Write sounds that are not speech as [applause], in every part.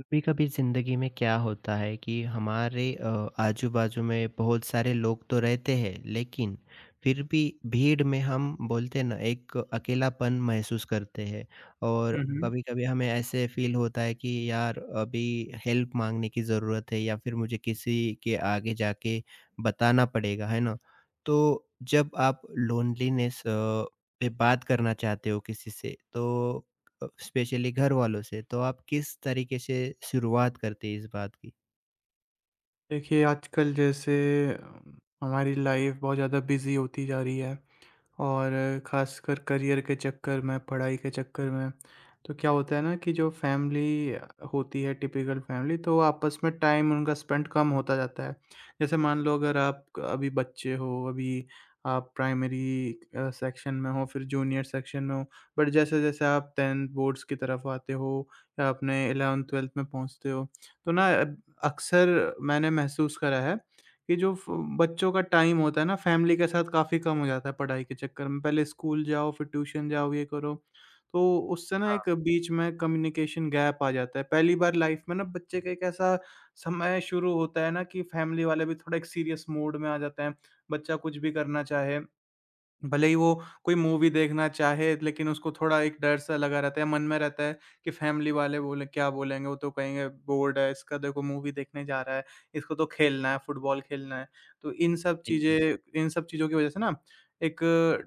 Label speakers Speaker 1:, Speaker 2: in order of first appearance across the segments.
Speaker 1: कभी-कभी ज़िंदगी में क्या होता है कि हमारे आजू-बाजू में बहुत सारे लोग तो रहते हैं, लेकिन फिर भी भीड़ में हम बोलते हैं ना एक अकेलापन महसूस करते हैं। और
Speaker 2: हुँ, हुँ।
Speaker 1: कभी-कभी हमें ऐसे फील होता है कि यार अभी हेल्प मांगने की ज़रूरत है या फिर मुझे किसी के आगे जाके बताना पड़ेगा, है ना? तो जब आप लोनलीनेस पे बात करना चाहते हो किसी से तो स्पेशली घर वालों से, तो आप किस तरीके से शुरुआत करते हैं इस बात की?
Speaker 2: देखिए, आजकल जैसे अम, हमारी लाइफ़ बहुत ज़्यादा बिज़ी होती जा रही है। और ख़ासकर करियर के चक्कर में, पढ़ाई के चक्कर में, तो क्या होता है ना कि जो फैमिली होती है टिपिकल फैमिली, तो वो आपस में टाइम उनका स्पेंड कम होता जाता है। जैसे मान लो अगर आप अभी बच्चे हो, अभी आप प्राइमरी सेक्शन में हो, फिर जूनियर सेक्शन में हो, बट जैसे-जैसे आप 10th बोर्ड्स की तरफ आते हो या अपने 11th-12th में पहुँचते हो, तो ना अब अक्सर मैंने महसूस करा है कि जो फ बच्चों का टाइम होता है ना फैमिली के साथ काफ़ी कम हो जाता है पढ़ाई के चक्कर में। पहले स्कूल जाओ फिर ट्यूशन जाओ ये करो, तो उससे ना एक बीच में कम्युनिकेशन गैप आ जाता है। पहली बार लाइफ में ना बच्चे का एक ऐसा समय शुरू होता है ना कि फैमिली वाले भी थोड़ा एक सीरियस मोड में आ जाते हैं। बच्चा कुछ भी करना चाहे, भले ही वो कोई मूवी देखना चाहे, लेकिन उसको थोड़ा एक डर-सा लगा रहता है, मन में रहता है कि फैमिली वाले बोले क्या बोलेंगे? वो तो कहेंगे बोर्ड है इसका, देखो मूवी देखने जा रहा है, इसको तो खेलना है, फुटबॉल खेलना है। तो
Speaker 1: जी।
Speaker 2: इन सब चीज़ों की वज़ह से ना एक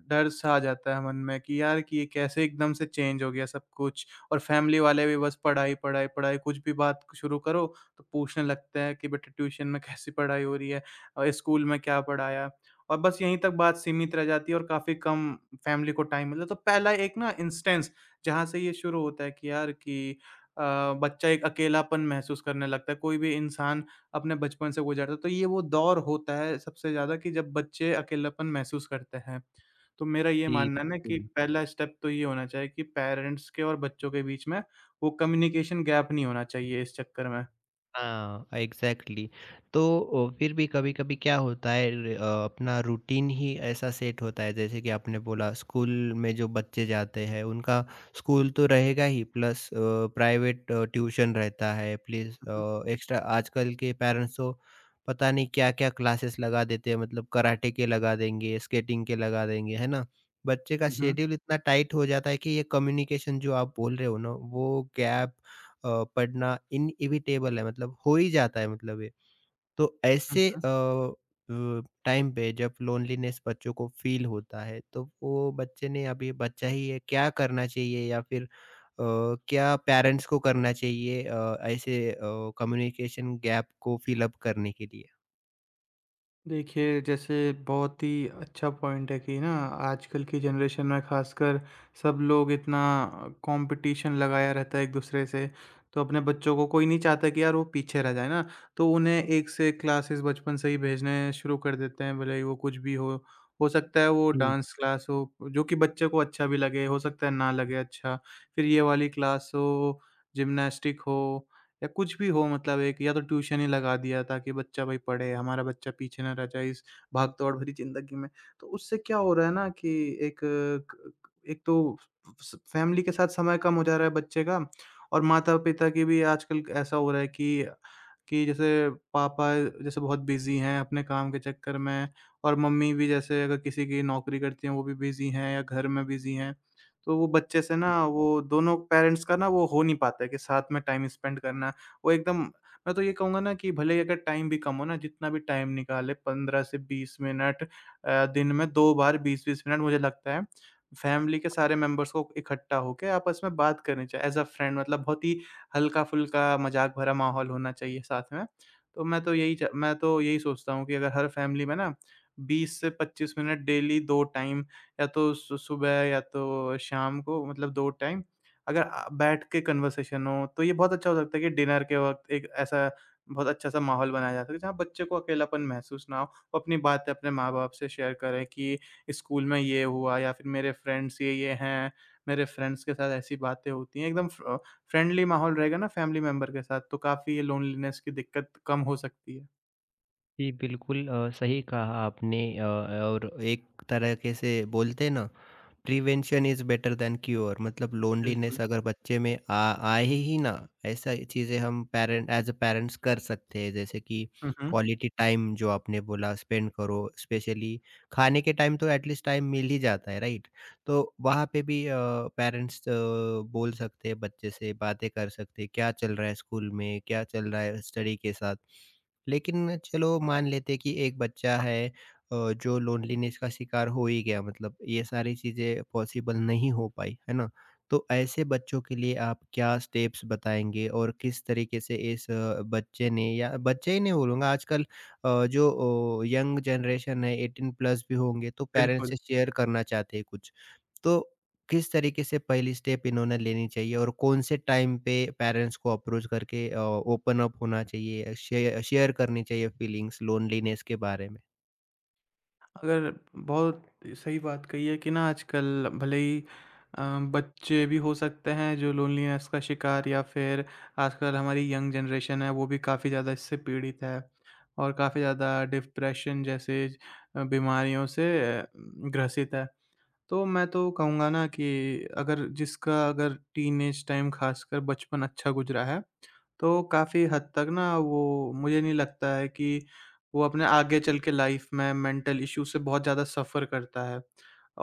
Speaker 2: डर-सा आ जाता है मन में कि यार कि ये कैसे एकदम से चेंज हो गया सब कुछ, और फैमिली वाले भी बस पढ़ाई, पढ़ाई, पढ़ाई, कुछ भी बात शुरू करो तो पूछने लगते हैं कि बेटा ट्यूशन में [laughs] कैसी पढ़ाई हो रही है? स्कूल में क्या पढ़ाया? और बस यहीं तक बात सीमित रह जाती है और काफ़ी कम फ़ैमिली को टाइम मिलता है। तो पहला एक ना इंस्टेंस जहाँ से ये शुरू होता है कि यार कि अ, बच्चा एक अकेलापन महसूस करने लगता है, कोई भी इंसान अपने बचपन से गुजरता है। तो ये वो दौर होता है सबसे ज़्यादा कि जब बच्चे अकेलापन महसूस करते हैं। तो मेरा ये
Speaker 1: जी,
Speaker 2: मानना है ना कि
Speaker 1: बिल्कुल।
Speaker 2: पहला स्टेप तो ये होना चाहिए कि पेरेंट्स के और बच्चों के बीच में वो कम्युनिकेशन गैप नहीं होना चाहिए इस चक्कर में।
Speaker 1: हाँ, एग्ज़ैक्टली। तो फिर भी कभी-कभी क्या होता है अपना रूटीन ही ऐसा सेट होता है जैसे कि आपने बोला स्कूल में जो बच्चे जाते हैं उनका स्कूल तो रहेगा ही प्लस प्राइवेट ट्यूशन रहता है प्लस
Speaker 2: हुँ, हुँ।
Speaker 1: एक्स्ट्रा आजकल के पेरेंट्स तो पता नहीं क्या-क्या क्लासेस लगा देते हैं मतलब कराटे के लगा देंगे, स्केटिंग के लगा देंगे, है ना? बच्चे का
Speaker 2: हुँ, हुँ।
Speaker 1: शेड्यूल इतना टाइट हो जाता है कि ये कम्युनिकेशन जो आप बोल रहे हो ना वो गैप पड़ना इनेविटेबल है मतलब हो ही जाता है मतलब ये। तो
Speaker 2: हुँ,
Speaker 1: ऐसे
Speaker 2: हुँ।
Speaker 1: अ अ, टाइम पे जब लोनलीनेस बच्चों को फ़ील होता है तो वो बच्चे ने अभी बच्चा ही है क्या करना चाहिए या फिर अ, क्या पेरेंट्स को करना चाहिए ऐसे कम्युनिकेशन गैप को फ़िल अप करने के लिए?
Speaker 2: देखिए, जैसे बहुत ही अच्छा पॉइंट है कि ना आजकल की जनरेशन में ख़ासकर सब लोग इतना कंपटीशन लगाया रहता है एक-दूसरे से, तो अपने बच्चों को कोई नहीं चाहता कि यार वो पीछे रह जाए ना, तो उन्हें एक से एक क्लासेस बचपन से ही भेजने शुरू कर देते हैं, भले ही वो कुछ भी हो। हो सकता है वो डांस क्लास हो, जो कि बच्चे को अच्छा भी लगे, हो सकता है ना लगे अच्छा, फिर ये वाली क्लास हो, जिम्नास्टिक हो या कुछ भी हो, मतलब एक या तो ट्यूशन ही लगा दिया ताकि बच्चा भाई पढ़े, हमारा बच्चा पीछे ना रह जाए इस भाग-दौड़ भरी ज़िंदगी में। तो उससे क्या हो रहा है ना कि एक क क एक तो स फैमिली के साथ समय कम हो जा रहा है बच्चे का, और माता-पिता की भी आजकल ऐसा हो रहा है कि जैसे पापा जैसे बहुत बिज़ी हैं अपने काम के चक्कर में, और मम्मी भी जैसे अगर किसी की नौकरी करती हैं, वो भी बिज़ी हैं या घर में बिज़ी हैं। तो वो बच्चे से ना वो दोनों पेरेंट्स का ना वो हो नहीं पाता है कि साथ में टाइम स्पेंड करना। वो एकदम मैं तो ये कहूँगा ना कि भले ही अगर टाइम भी कम हो ना, जितना भी टाइम निकाले 15 से 20 मिनट, दिन में 2 बार 20-20 मिनट, मुझे लगता है फैमिली के सारे मेंबर्स को इकट्ठा होके आपस में बात करनी चाहिए एज़ अ फ्रेंड, मतलब बहुत ही हल्का-फुल्का मज़ाक भरा माहौल होना चाहिए साथ में। तो मैं तो यही सोचता हूँ कि अगर हर फैमिली में ना 20 से 25 मिनट डेली 2 टाइम, या तो सु सुबह या तो शाम को, मतलब 2 टाइम अगर बैठ के कन्वर्सेशन हो, तो ये बहुत अच्छा हो सकता है कि डिनर के वक़्त एक ऐसा बहुत अच्छा-सा माहौल बनाया जा सके, जहाँ बच्चे को अकेलापन महसूस ना हो। वो अपनी बातें अपने माँ-बाप से शेयर करें कि स्कूल में ये हुआ, या फिर मेरे फ्रेंड्स ये-ये हैं, मेरे फ्रेंड्स के साथ ऐसी बातें होती हैं। एकदम फ्रेंडली माहौल रहेगा ना फैमिली मेंबर के साथ, तो काफ़ी ये लोनलीनेस की दिक्कत कम हो सकती है।
Speaker 1: जी, बिल्कुल सही कहा आपने और एक तरीके से बोलते हैं ना prevention is better than cure मतलब
Speaker 2: बिल्कुल।
Speaker 1: लोनलीनेस अगर बच्चे में आ आए ही ना ऐसा चीज़ें हम पेरेंट एज अ पेरेंट्स कर सकते हैं जैसे कि
Speaker 2: हुँ, हुँ।
Speaker 1: क्वालिटी टाइम जो आपने बोला स्पेंड करो स्पेशली खाने के टाइम तो एटलीस्ट टाइम मिल ही जाता है राइट। तो वहाँ पे भी पेरेंट्स बोल सकते हैं बच्चे से बातें कर सकते हैं क्या चल रहा है स्कूल में क्या चल रहा है स्टडी के साथ। लेकिन चलो मान लेते हैं कि एक बच्चा है जो लोनलीनेस का शिकार हो ही गया मतलब ये सारी चीज़ें पॉसिबल नहीं हो पाई, है ना? तो ऐसे बच्चों के लिए आप क्या स्टेप्स बताएँगे और किस तरीके से इस बच्चे ने या बच्चे ही नहीं बोलूँगा आजकल अ, जो यंग जनरेशन है 18 प्लस भी होंगे तो पेरेंट्स
Speaker 2: बिल्कुल।
Speaker 1: से शेयर करना चाहते हैं कुछ। तो किस तरीके से पहली स्टेप इन्होंने लेनी चाहिए और कौन से टाइम पे पेरेंट्स को अप्रोच करके ओपन अप होना चाहिए शेयर शेयर करनी चाहिए फीलिंग्स लोनलीनेस के बारे में?
Speaker 2: अगर, बहुत सही बात कही है कि ना आजकल भले ही अ, बच्चे भी हो सकते हैं जो लोनलीनेस का शिकार, या फिर आजकल हमारी यंग जनरेशन है वो भी काफ़ी ज़्यादा इससे पीड़ित है और काफ़ी ज़्यादा डिप्रेशन जैसे बीमारियों से अ, ग्रसित है। तो मैं तो कहूँगा ना कि अगर जिसका अगर टीनेज टाइम ख़ासकर बचपन अच्छा गुज़रा है तो काफ़ी हद तक ना वो, मुझे नहीं लगता है कि वो अपने आगे चल के लाइफ में मेंटल इश्यू से बहुत ज़्यादा सफ़र करता है।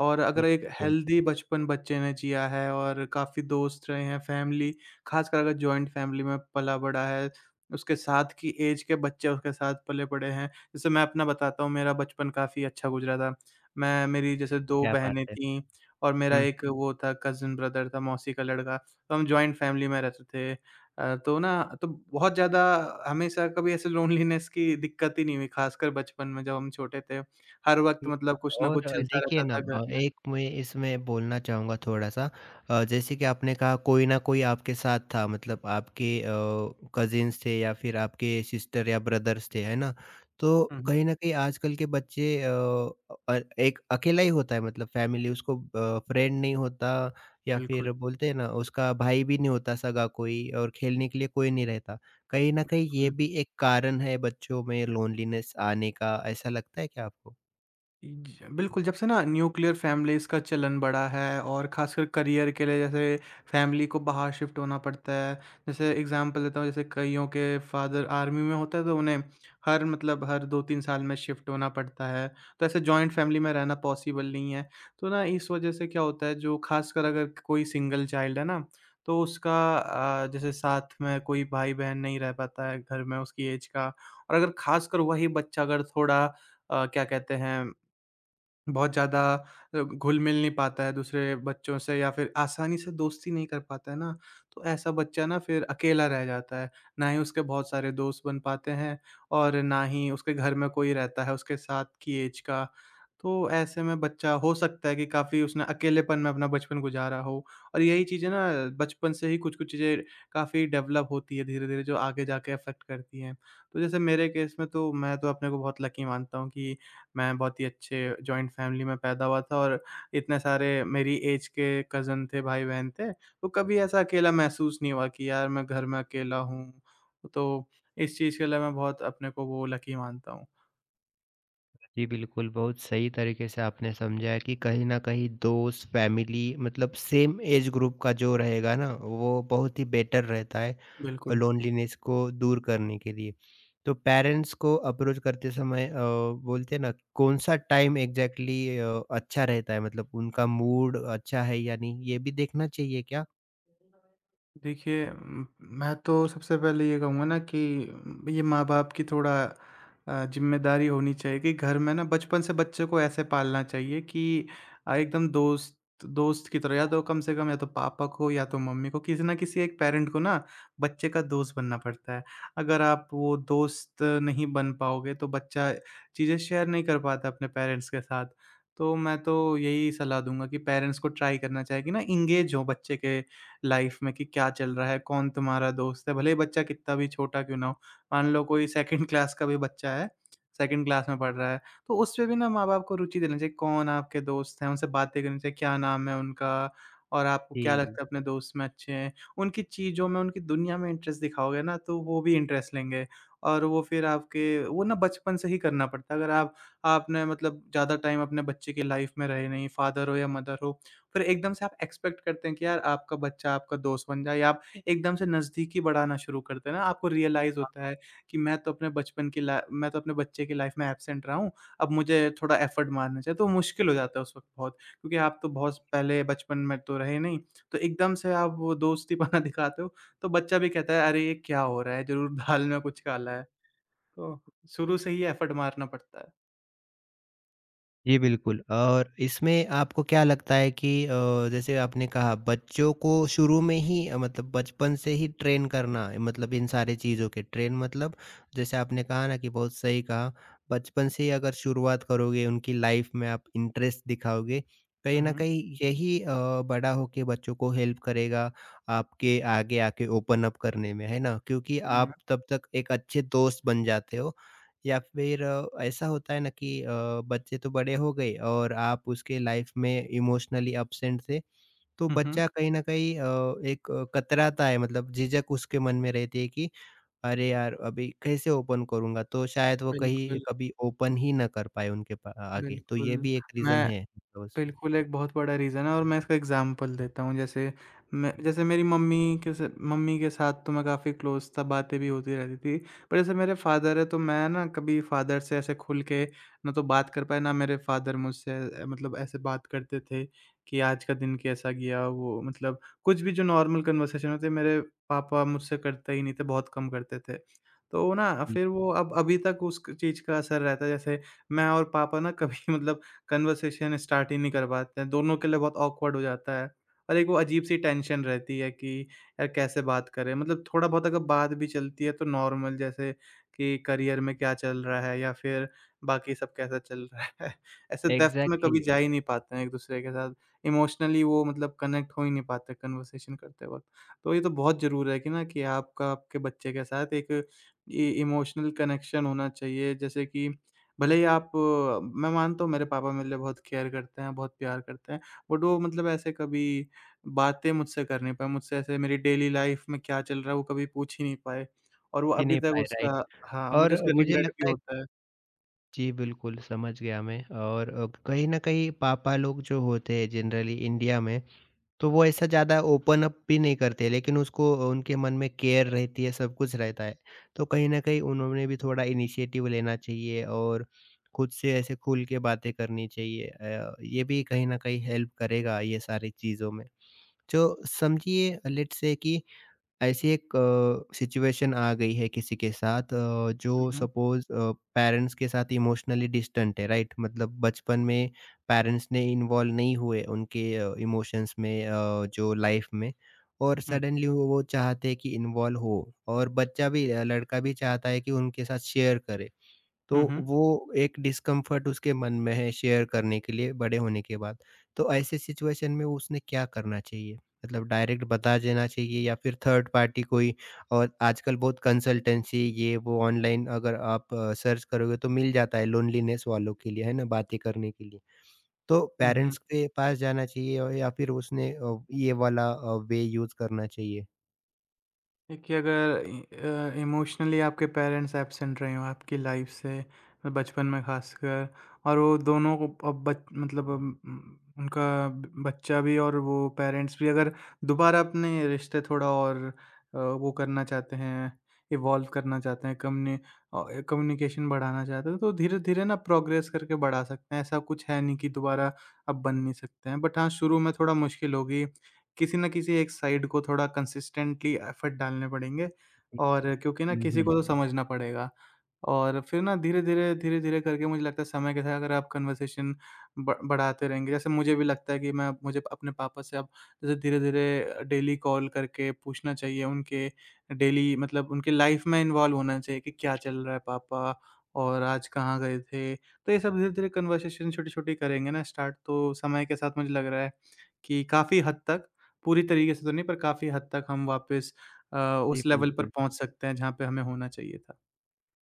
Speaker 2: और अगर
Speaker 1: जी,
Speaker 2: एक
Speaker 1: बोल
Speaker 2: हेल्दी बचपन बच्चे ने जिया है और काफ़ी दोस्त रहे हैं, फैमिली, ख़ासकर अगर जॉइंट फैमिली में पला-बड़ा है, उसके साथ की ऐज के बच्चे उसके साथ पले पड़े हैं। जैसे मैं अपना बताता हूँ, मेरा बचपन काफ़ी अच्छा गुज़रा था। मैं मेरी जैसे 2
Speaker 1: क्या बात
Speaker 2: बहनें
Speaker 1: है!
Speaker 2: थीं और मेरा
Speaker 1: हुँ,
Speaker 2: एक वो था कज़िन ब्रदर था, मौसी का लड़का। तो हम जॉइंट फैमिली में रहते थे। तो ना, तो बहुत ज़्यादा हमेशा कभी ऐसे लोनलीनेस की दिक्कत ही नहीं हुई, ख़ासकर बचपन में जब हम छोटे थे। हर वक़्त,
Speaker 1: जी,
Speaker 2: मतलब कुछ ना
Speaker 1: और
Speaker 2: कुछ चलता
Speaker 1: देखिए
Speaker 2: रहता
Speaker 1: ना
Speaker 2: था घर में।
Speaker 1: एक मैं इसमें बोलना चाहूँगा थोड़ा-सा जैसे कि आपने कहा कोई ना कोई आपके साथ था मतलब आपके कज़िन्स थे या फिर आपके सिस्टर या ब्रदर्स थे, है ना? तो
Speaker 2: हुँ, हुँ।
Speaker 1: कहीं न कहीं आजकल के बच्चे एक अकेला ही होता है मतलब फैमिली उसको फ्रेंड नहीं होता या
Speaker 2: बिल्कुल।
Speaker 1: फिर बोलते हैं ना उसका भाई भी नहीं होता सगा कोई और खेलने के लिए कोई नहीं रहता। कहीं न कहीं ये भी एक कारण है बच्चों में लोनलीनेस आने का, ऐसा लगता है क्या आपको?
Speaker 2: ज बिल्कुल, जब से ना न्यूक्लियर फैमिलीज़ का चलन बढ़ा है और ख़ासकर करियर के लिए जैसे फैमिली को बाहर शिफ्ट होना पड़ता है। जैसे एग्ज़ाम्पल देता हूँ, जैसे कइयों के फ़ादर आर्मी में होता है, तो उन्हें हर, मतलब हर 2-3 साल में शिफ्ट होना पड़ता है। तो ऐसे जॉइंट फैमिली में रहना पॉसिबल नहीं है। तो ना इस वज़ह से क्या होता है जो ख़ासकर अगर कोई सिंगल चाइल्ड है ना, तो उसका जैसे साथ में कोई भाई-बहन नहीं रह पाता है घर में उसकी ऐज का, और अगर ख़ासकर वही बच्चा अगर थोड़ा क्या कहते हैं, बहुत ज़्यादा घुल-मिल नहीं पाता है दूसरे बच्चों से, या फिर आसानी से दोस्ती नहीं कर पाता है ना, तो ऐसा बच्चा ना फिर अकेला रह जाता है। ना ही उसके बहुत सारे दोस्त बन पाते हैं और ना ही उसके घर में कोई रहता है उसके साथ की ऐज का। तो ऐसे में बच्चा हो सकता है कि काफ़ी उसने अकेलेपन में अपना बचपन गुज़ारा हो, और यही चीज़ें ना बचपन से ही कुछ-कुछ चीज़ें काफ़ी डेवलप होती है धीरे-धीरे, जो आगे जाके अफ़ेक्ट करती हैं। तो जैसे मेरे केस में तो मैं तो अपने को बहुत लकी मानता हूँ कि मैं बहुत ही अच्छे जॉइंट फैमिली में पैदा हुआ था, और इतने सारे मेरी एज के कज़न थे, भाई-बहन थे, तो कभी ऐसा अकेला महसूस नहीं हुआ कि यार मैं घर में अकेला हूँ। तो इस चीज़ के लिए मैं बहुत अपने को वो लकी मानता हूँ।
Speaker 1: जी, बिल्कुल, बहुत सही तरीके से आपने समझाया कि कहीं न कहीं दोस्त, फैमिली मतलब सेम एज ग्रुप का जो रहेगा ना, वो बहुत ही बेटर रहता है
Speaker 2: बिल्कुल।
Speaker 1: लोनलीनेस को दूर करने के लिए। तो पेरेंट्स को अप्रोच करते समय बोलते हैं ना, कौन-सा टाइम एग्ज़ैक्टली अच्छा रहता है? मतलब उनका मूड अच्छा है या नहीं, ये भी देखना चाहिए क्या?
Speaker 2: देखिए, म मैं तो सबसे पहले ये कहूँगा ना कि ये माँ-बाप की थोड़ा ज़िम्मेदारी होनी चाहिए कि घर में ना बचपन से बच्चे को ऐसे पालना चाहिए कि एकदम दोस्त, दोस्त की तरह, या तो कम से कम या तो पापा को या तो मम्मी को, किसी न किसी एक पैरेंट को ना बच्चे का दोस्त बनना पड़ता है। अगर आप वो दोस्त नहीं बन पाओगे तो बच्चा चीज़ें शेयर नहीं कर पाता अपने पेरेंट्स के साथ। तो मैं तो यही सलाह दूँगा कि पेरेंट्स को ट्राई करना चाहिए कि ना एंगेज हों बच्चे के लाइफ में कि क्या चल रहा है, कौन तुम्हारा दोस्त है, भले ही बच्चा कितना भी छोटा क्यों ना हो। मान लो कोई सेकंड क्लास का भी बच्चा है, सेकंड क्लास में पढ़ रहा है, तो उसमें भी ना माँ-बाप को रुचि देना चाहिए, कौन आपके दोस्त हैं, उनसे बातें करनी चाहिए, क्या नाम है उनका और आपको क्या
Speaker 1: जी।
Speaker 2: लगता है अपने दोस्त में अच्छे हैं। उनकी चीज़ों में, उनकी दुनिया में इंटरेस्ट दिखाओगे ना तो वो भी इंटरेस्ट लेंगे, और वो फिर आपके, वो ना बचपन से ही करना पड़ता है। अगर आप, आपने मतलब ज़्यादा टाइम अपने बच्चे की लाइफ में रहे नहीं, फादर हो या मदर हो, फिर एकदम से आप एक्सपेक्ट करते हैं कि यार आपका बच्चा आपका दोस्त बन जाए, या आप एकदम से नज़दीकी बढ़ाना शुरू करते हैं ना, आपको रियलाइज़ होता है कि मैं तो अपने बच्चे की लाइफ में एब्सेंट रहा हूँ, अब मुझे थोड़ा एफर्ट मारना चाहिए, तो मुश्किल हो जाता है उस वक़्त बहुत, क्योंकि आप तो बहुत पहले बचपन में तो रहे नहीं, तो एकदम से आप वो दोस्तीपना [laughs] दिखाते हो, तो बच्चा भी कहता है, "अरे! ये क्या हो रहा है? ज़रूर दाल में कुछ काला है।" तो शुरू से ही एफर्ट मारना पड़ता है।
Speaker 1: जी, बिल्कुल। और इसमें आपको क्या लगता है कि जैसे आपने कहा बच्चों को शुरू में ही मतलब बचपन से ही ट्रेन करना है, मतलब इन सारी चीज़ों के ट्रेन मतलब जैसे आपने कहा ना कि बहुत सही कहा, बचपन से ही अगर शुरुआत करोगे उनकी लाइफ में आप इंटरेस्ट दिखाओगे, कहीं
Speaker 2: हुँ,
Speaker 1: न
Speaker 2: हुँ।
Speaker 1: कहीं यही बड़ा होके बच्चों को हेल्प करेगा आपके आगे आके ओपन अप करने में, है ना? क्योंकि
Speaker 2: हुँ, हुँ।
Speaker 1: आप तब तक एक अच्छे दोस्त बन जाते हो। या फिर ऐसा होता है ना कि बच्चे तो बड़े हो गए और आप उसके लाइफ में इमोशनली एब्सेंट थे, तो
Speaker 2: हुँ, हुँ।
Speaker 1: बच्चा कहीं न कहीं एक कतराता है मतलब झिझक उसके मन में रहती है कि अरे यार! अभी कैसे ओपन करूँगा? तो शायद वो कहीं
Speaker 2: बिल्कुल,
Speaker 1: कभी ओपन ही ना कर पाए उनके पा आगे, तो ये
Speaker 2: बिल्कुल।
Speaker 1: भी एक रीज़न
Speaker 2: मैं
Speaker 1: है मतलब उसमें।
Speaker 2: बिल्कुल, एक बहुत बड़ा रीज़न है, और मैं इसका एग्ज़ाम्पल देता हूँ। जैसे मैं जैसे मेरी मम्मी के साथ तो मैं काफ़ी क्लोज़ था, बातें भी होती रहती थी। पर जैसे मेरे फ़ादर हैं, तो मैं ना कभी फ़ादर से ऐसे खुल के ना तो बात कर पाया, ना मेरे फ़ादर मुझसे मतलब ऐसे बात करते थे कि आज का दिन कैसा गया, वो मतलब कुछ भी जो नॉर्मल कन्वर्सेशन होते, मेरे पापा मुझसे करते ही नहीं थे, बहुत कम करते थे। तो ना
Speaker 1: जी,
Speaker 2: फिर वो अब अभी तक उस क चीज़ का असर रहता है। जैसे मैं और पापा ना कभी [laughs] मतलब कन्वर्सेशन स्टार्ट ही नहीं कर पाते हैं, दोनों के लिए बहुत ऑकवर्ड हो जाता है। और एक वो अजीब-सी टेंशन रहती है कि यार कैसे बात करें? मतलब थोड़ा बहुत अगर बात भी चलती है तो नॉर्मल, जैसे कि करियर में क्या चल रहा है, या फिर बाकी सब कैसा चल रहा है? [laughs] ऐसे डेप्थ में कभी
Speaker 1: एग्ज़ैक्टली।
Speaker 2: जा ही नहीं पाते हैं एक-दूसरे के साथ, इमोशनली वो मतलब कनेक्ट हो ही नहीं पाते कन्वर्सेशन करते वक़्त। तो ये तो बहुत ज़रूरी है कि ना कि आपका आपके बच्चे के साथ एक इ इमोशनल कनेक्शन होना चाहिए, जैसे कि भले ही मैं मानता हूँ मेरे पापा मेरे लिए बहुत केयर करते हैं, बहुत प्यार करते हैं, बट वो मतलब ऐसे कभी बातें मुझसे कर नहीं पाए, मुझसे ऐसे मेरी डेली लाइफ़ में क्या चल रहा है, वो कभी पूछ ही नहीं पाए, और वो
Speaker 1: जी
Speaker 2: अभी
Speaker 1: नहीं
Speaker 2: तक
Speaker 1: पाए, राइट।
Speaker 2: उसका, हाँ,
Speaker 1: और
Speaker 2: मुझे उसका
Speaker 1: मुझे
Speaker 2: रिग्रेट भी
Speaker 1: लगता है।
Speaker 2: होता है।
Speaker 1: जी, बिल्कुल समझ गया मैं। और कहीं न कहीं पापा लोग जो होते हैं जनरली इंडिया में तो वो ऐसा ज़्यादा ओपन अप भी नहीं करते, लेकिन उसको उनके मन में केयर रहती है, सब कुछ रहता है। तो कहीं न कहीं उन्होंने भी थोड़ा इनिशिएटिव लेना चाहिए और खुद से ऐसे खुल के बातें करनी चाहिए। ये भी कहीं न कहीं हेल्प करेगा ये सारी चीज़ों में। जो समझिए लेट्स से कि ऐसी एक सिचुएशन आ गई है किसी के साथ
Speaker 2: हुँ,
Speaker 1: जो
Speaker 2: हुँ।
Speaker 1: सपोज़ पेरेंट्स के साथ इमोशनली डिस्टेंट है, राइट? मतलब बचपन में पेरेंट्स ने इन्वॉल्व नहीं हुए उनके इमोशंस में जो लाइफ में। और
Speaker 2: हुँ,
Speaker 1: सडनली वो चाहते हैं कि इन्वॉल्व हो और बच्चा भी लड़का भी चाहता है कि उनके साथ शेयर करे।
Speaker 2: हुँ,
Speaker 1: तो
Speaker 2: हुँ,
Speaker 1: वो एक डिस्कम्फर्ट उसके मन में है शेयर करने के लिए बड़े होने के बाद। तो ऐसे सिचुएशन में उसने क्या करना चाहिए? मतलब डायरेक्ट बता देना चाहिए या फिर थर्ड पार्टी कोई और आजकल बहुत कंसल्टेंसी ये वो ऑनलाइन अगर आप सर्च करोगे तो मिल जाता है लोनलीनेस वालों के लिए, है ना? बातें करने के लिए। तो
Speaker 2: हुँ, हुँ।
Speaker 1: पेरेंट्स के पास जाना चाहिए और या फिर उसने ये वाला वे यूज़ करना चाहिए?
Speaker 2: देखिए, अगर इमोशनली आपके पेरेंट्स एब्सेंट रहे हों आपकी लाइफ से, मतलब बचपन में ख़ासकर, और वो दोनों को अब बच मतलब उनका बच्चा भी और वो पेरेंट्स भी अगर दोबारा अपने रिश्ते थोड़ा और वो करना चाहते हैं, इवॉल्व करना चाहते हैं, कम्युनिकेशन बढ़ाना चाहते हैं, तो धीरे-धीरे ना प्रोग्रेस करके बढ़ा सकते हैं। ऐसा कुछ है नहीं कि दोबारा अब बन नहीं सकते हैं, बट हाँ, शुरू में थोड़ा मुश्किल होगी, किसी न किसी एक साइड को थोड़ा कंसिस्टेंटली एफर्ट डालने पड़ेंगे, और क्योंकि ना
Speaker 1: हुँ,
Speaker 2: किसी
Speaker 1: हुँ।
Speaker 2: को तो समझना पड़ेगा। और फिर ना धीरे-धीरे, धीरे-धीरे करके मुझे लगता है समय के साथ अगर आप कन्वर्सेशन ब बढ़ाते रहेंगे, जैसे मुझे भी लगता है कि मैं मुझे अपने पापा से अब जैसे धीरे-धीरे डेली कॉल करके पूछना चाहिए उनके डेली, मतलब उनकी लाइफ में इन्वॉल्व होना चाहिए कि क्या चल रहा है पापा, और आज कहाँ गए थे? तो ये सब धीरे-धीरे कन्वर्सेशन छोटी-छोटी करेंगे ना स्टार्ट, तो समय के साथ मुझे लग रहा है कि काफ़ी हद तक, पूरी तरीके से तो नहीं पर काफ़ी हद तक हम वापस अ,
Speaker 1: जी,
Speaker 2: उस लेवल पर
Speaker 1: बिल्कुल।
Speaker 2: पहुँच सकते हैं जहाँ पे हमें होना चाहिए था।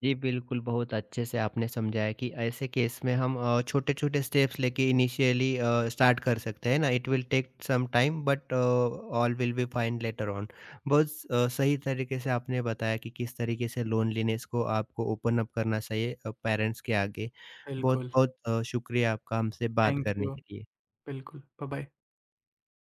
Speaker 1: जी, बिल्कुल, बहुत अच्छे से आपने समझाया कि ऐसे केस में हम छोटे-छोटे स्टेप्स लेके इनिशियली स्टार्ट कर सकते हैं ना, it will take some time but all will be fine later on. बहुत सही तरीके से आपने बताया कि किस तरीके से लोनलीनेस को आपको ओपन अप करना चाहिए पेरेंट्स के आगे।
Speaker 2: बिल्कुल।
Speaker 1: बहुत-बहुत शुक्रिया आपका हमसे बात
Speaker 2: थैंक
Speaker 1: करने
Speaker 2: यू।
Speaker 1: के लिए।
Speaker 2: बिल्कुल, बाय-बाय।